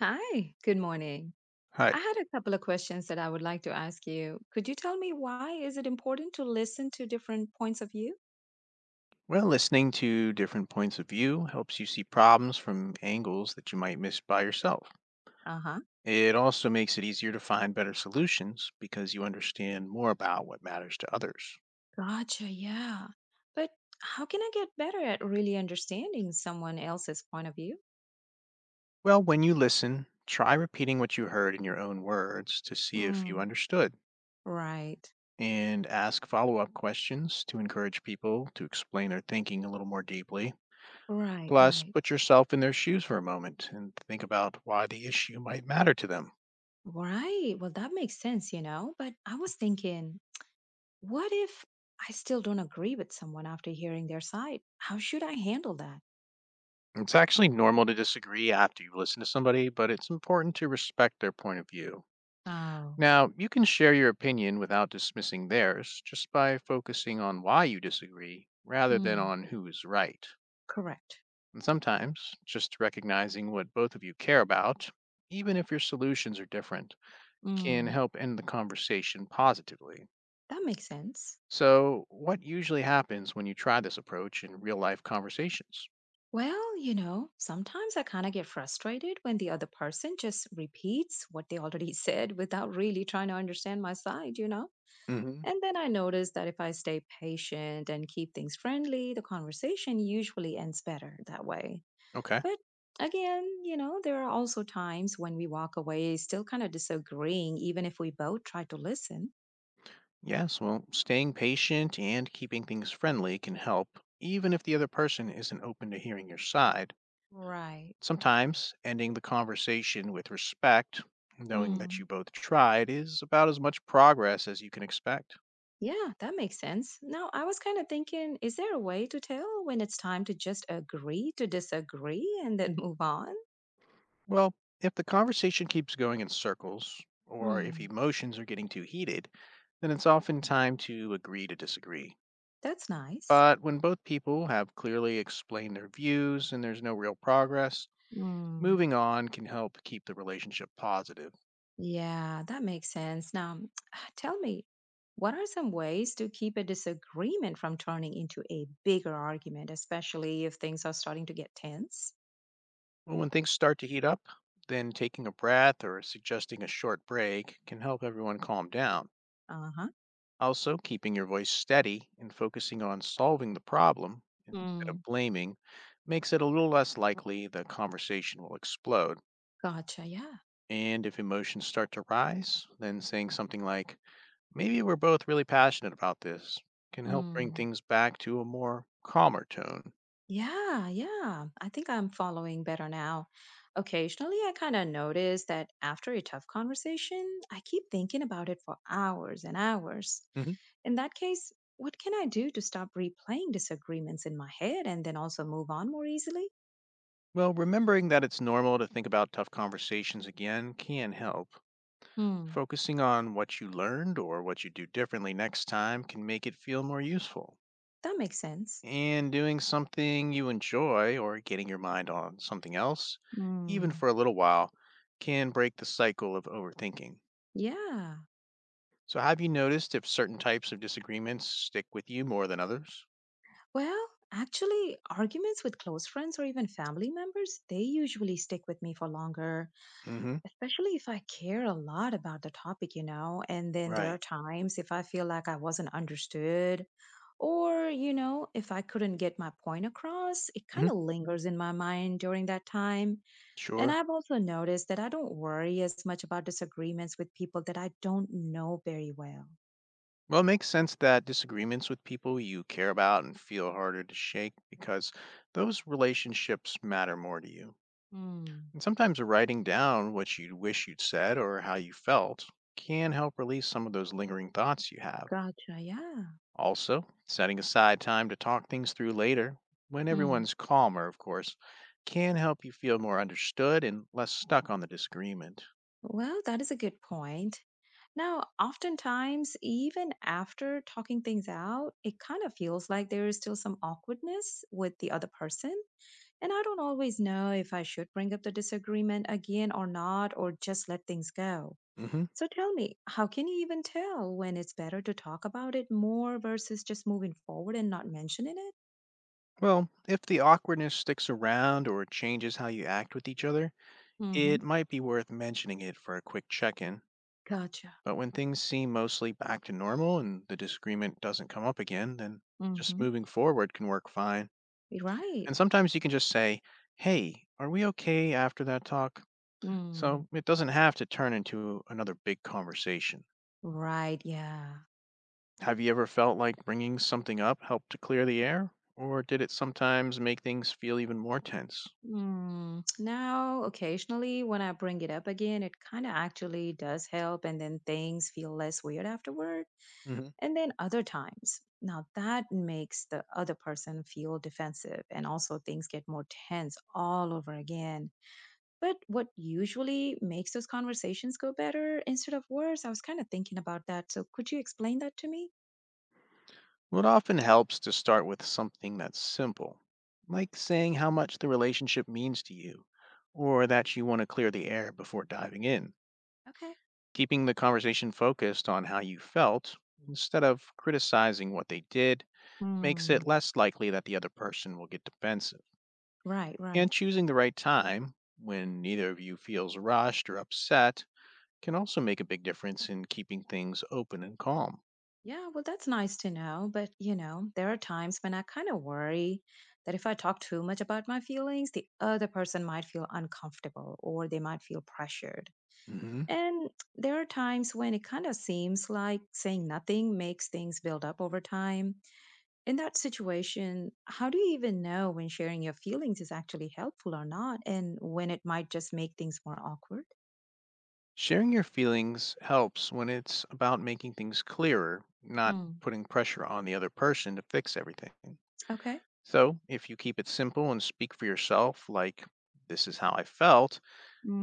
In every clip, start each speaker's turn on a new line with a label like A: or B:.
A: Hi, good morning. I
B: Hi.
A: had a couple of questions that I would like to ask you. Could you tell me why is it important to listen to different points of view?
B: Well, listening to different points of view helps you see problems from angles that you might miss by yourself.
A: Uh-huh.
B: It also makes it easier to find better solutions because you understand more about what matters to others.
A: Gotcha, yeah. But how can I get better at really understanding someone else's point of view?
B: Well, when you listen, try repeating what you heard in your own words to see if you
A: Mm.
B: understood,
A: Right.
B: and ask follow up questions to encourage people to explain their thinking a little more deeply.
A: Right,
B: Plus,
A: right.
B: put yourself in their shoes for a moment and think about why the issue might matter to them.
A: Right. Well, that makes sense, but I was thinking, what if I still don't agree with someone after hearing their side? How should I handle that?
B: It's actually normal to disagree after you listen to somebody, but it's important to respect their point of view.
A: Oh,
B: Now, you can share your opinion without dismissing theirs just by focusing on why you disagree rather than
A: mm,
B: on who is right.
A: correct.
B: And sometimes, just recognizing what both of you care about, even if your solutions are different, can
A: Mm.
B: help end the conversation positively.
A: That makes sense.
B: So, what usually happens when you try this approach in real life conversations?
A: Well, sometimes I kind of get frustrated when the other person just repeats what they already said without really trying to understand my side, you know?
B: hmm
A: And then I notice that if I stay patient and keep things friendly, the conversation usually ends better that way.
B: Okay.
A: But again, there are also times when we walk away still kind of disagreeing, even if we both try to listen.
B: Yes, well, staying patient and keeping things friendly can help, even if the other person isn't open to hearing your side.
A: Right.
B: Sometimes ending the conversation with respect, knowing that you
A: Mm.
B: both tried, is about as much progress as you can expect.
A: Yeah, that makes sense. Now, I was kind of thinking, is there a way to tell when it's time to just agree to disagree and then move on?
B: Well, if the conversation keeps going in circles, or if
A: Hmm,
B: emotions are getting too heated, then it's often time to agree to disagree.
A: that's nice.
B: But when both people have clearly explained their views and there's no real progress,
A: Mm.
B: moving on can help keep the relationship positive.
A: Yeah, that makes sense. Now, tell me, what are some ways to keep a disagreement from turning into a bigger argument, especially if things are starting to get tense?
B: Well, when things start to heat up, then taking a breath or suggesting a short break can help everyone calm down.
A: Uh huh.
B: Also, keeping your voice steady and focusing on solving the problem instead of
A: Mm.
B: blaming makes it a little less likely the conversation will explode.
A: Gotcha. Yeah.
B: And if emotions start to rise, then saying something like, maybe we're both really passionate about this, can help bring
A: Mm.
B: things back to a more calmer tone.
A: Yeah, yeah. I think I'm following better now. Occasionally, I kind of notice that after a tough conversation, I keep thinking about it for hours and hours. In that case, what can I do to stop replaying disagreements in my head and then also move on more easily?
B: Well, remembering that it's normal to think about tough conversations again can help.
A: Hmm,
B: Focusing on what you learned or what you do differently next time can make it feel more useful.
A: that makes sense.
B: And doing something you enjoy or getting your mind on something else, even
A: Mm.
B: for a little while, can break the cycle of overthinking.
A: Yeah.
B: So, have you noticed if certain types of disagreements stick with you more than others?
A: Well, actually, arguments with close friends or even family members, they usually stick with me for longer,
B: Mm hmm.
A: especially if I care a lot about the topic, and then there
B: Right.
A: are times if I feel like I wasn't understood or, if I couldn't get my point across, it kind
B: Hmm.
A: of lingers in my mind during that time. And
B: Sure.
A: I've also noticed that I don't worry as much about disagreements with people that I don't know very well.
B: Well, it makes sense that disagreements with people you care about and feel harder to shake because those relationships matter more to you.
A: Mm.
B: And sometimes writing down what you wish you'd said or how you felt can help release some of those lingering thoughts you have.
A: Gotcha. Yeah.
B: Also, setting aside time to talk things through later, when
A: Mm.
B: everyone's calmer, of course, can help you feel more understood and less stuck on the disagreement.
A: Well, that is a good point. Now, oftentimes, even after talking things out, it kind of feels like there is still some awkwardness with the other person. And I don't always know if I should bring up the disagreement again or not, or just let things go.
B: Hmm.
A: So tell me, how can you even tell when it's better to talk about it more versus just moving forward and not mentioning it?
B: Well, if the awkwardness sticks around or changes how you act with each other, it
A: Mm-hmm.
B: might be worth mentioning it for a quick check in,
A: Gotcha.
B: but when things seem mostly back to normal and the disagreement doesn't come up again, then just
A: Mm-hmm.
B: moving forward can work fine. And
A: Right.
B: sometimes you can just say, hey, are we okay after that talk? So
A: Mm.
B: it doesn't have to turn into another big conversation.
A: Right. Yeah.
B: Have you ever felt like bringing something up helped to clear the air? Or did it sometimes make things feel even more tense?
A: Mm, now, occasionally, when I bring it up again, it kind of actually does help, and then things feel less weird afterward.
B: Mm-hmm.
A: And then other times, now that makes the other person feel defensive, and also things get more tense all over again. But what usually makes those conversations go better instead of worse? I was kind of thinking about that. So, could you explain that to me?
B: Well, it often helps to start with something that's simple, like saying how much the relationship means to you, or that you want to clear the air before diving in.
A: Okay.
B: Keeping the conversation focused on how you felt instead of criticizing what they did makes it
A: Mm,
B: less likely that the other person will get defensive.
A: right,
B: And
A: right.
B: choosing the right time, when neither of you feels rushed or upset, can also make a big difference in keeping things open and calm.
A: Yeah, well, that's nice to know. But, there are times when I kind of worry that if I talk too much about my feelings, the other person might feel uncomfortable or they might feel pressured.
B: Mm-hmm.
A: And there are times when it kind of seems like saying nothing makes things build up over time. In that situation, how do you even know when sharing your feelings is actually helpful or not, and when it might just make things more awkward?
B: Sharing your feelings helps when it's about making things clearer, not
A: Hmm.
B: putting pressure on the other person to fix everything.
A: Okay.
B: So, if you keep it simple and speak for yourself, like, this is how I felt,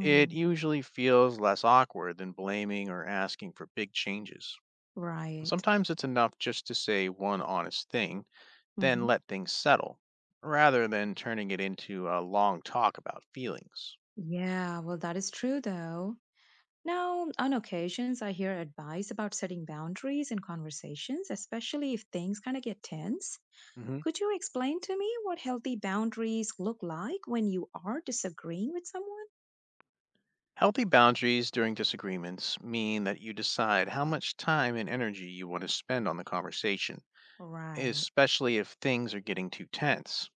B: it usually feels less awkward than blaming or asking for big changes.
A: Right.
B: Sometimes it's enough just to say one honest thing, then
A: Hmm.
B: let things settle, rather than turning it into a long talk about feelings.
A: Yeah, well, that is true though. Now, on occasions, I hear advice about setting boundaries in conversations, especially if things kind of get tense.
B: Mhm.
A: Could you explain to me what healthy boundaries look like when you are disagreeing with someone?
B: Healthy boundaries during disagreements mean that you decide how much time and energy you want to spend on the conversation,
A: Right.
B: especially if things are getting too tense.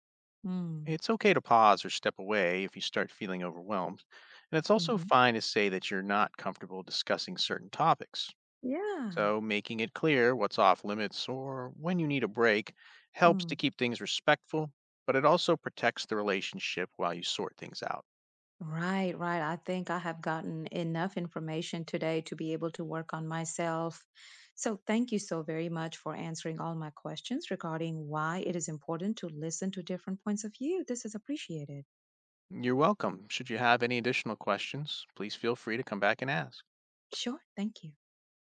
A: Mm.
B: It's okay to pause or step away if you start feeling overwhelmed. And it's also
A: Hmm.
B: fine to say that you're not comfortable discussing certain topics.
A: Yeah.
B: So, making it clear what's off limits or when you need a break helps
A: Mm.
B: to keep things respectful, but it also protects the relationship while you sort things out.
A: Right, right. I think I have gotten enough information today to be able to work on myself. So, thank you so very much for answering all my questions regarding why it is important to listen to different points of view. This is appreciated.
B: You're welcome. Should you have any additional questions, please feel free to come back and ask.
A: Sure. Thank you.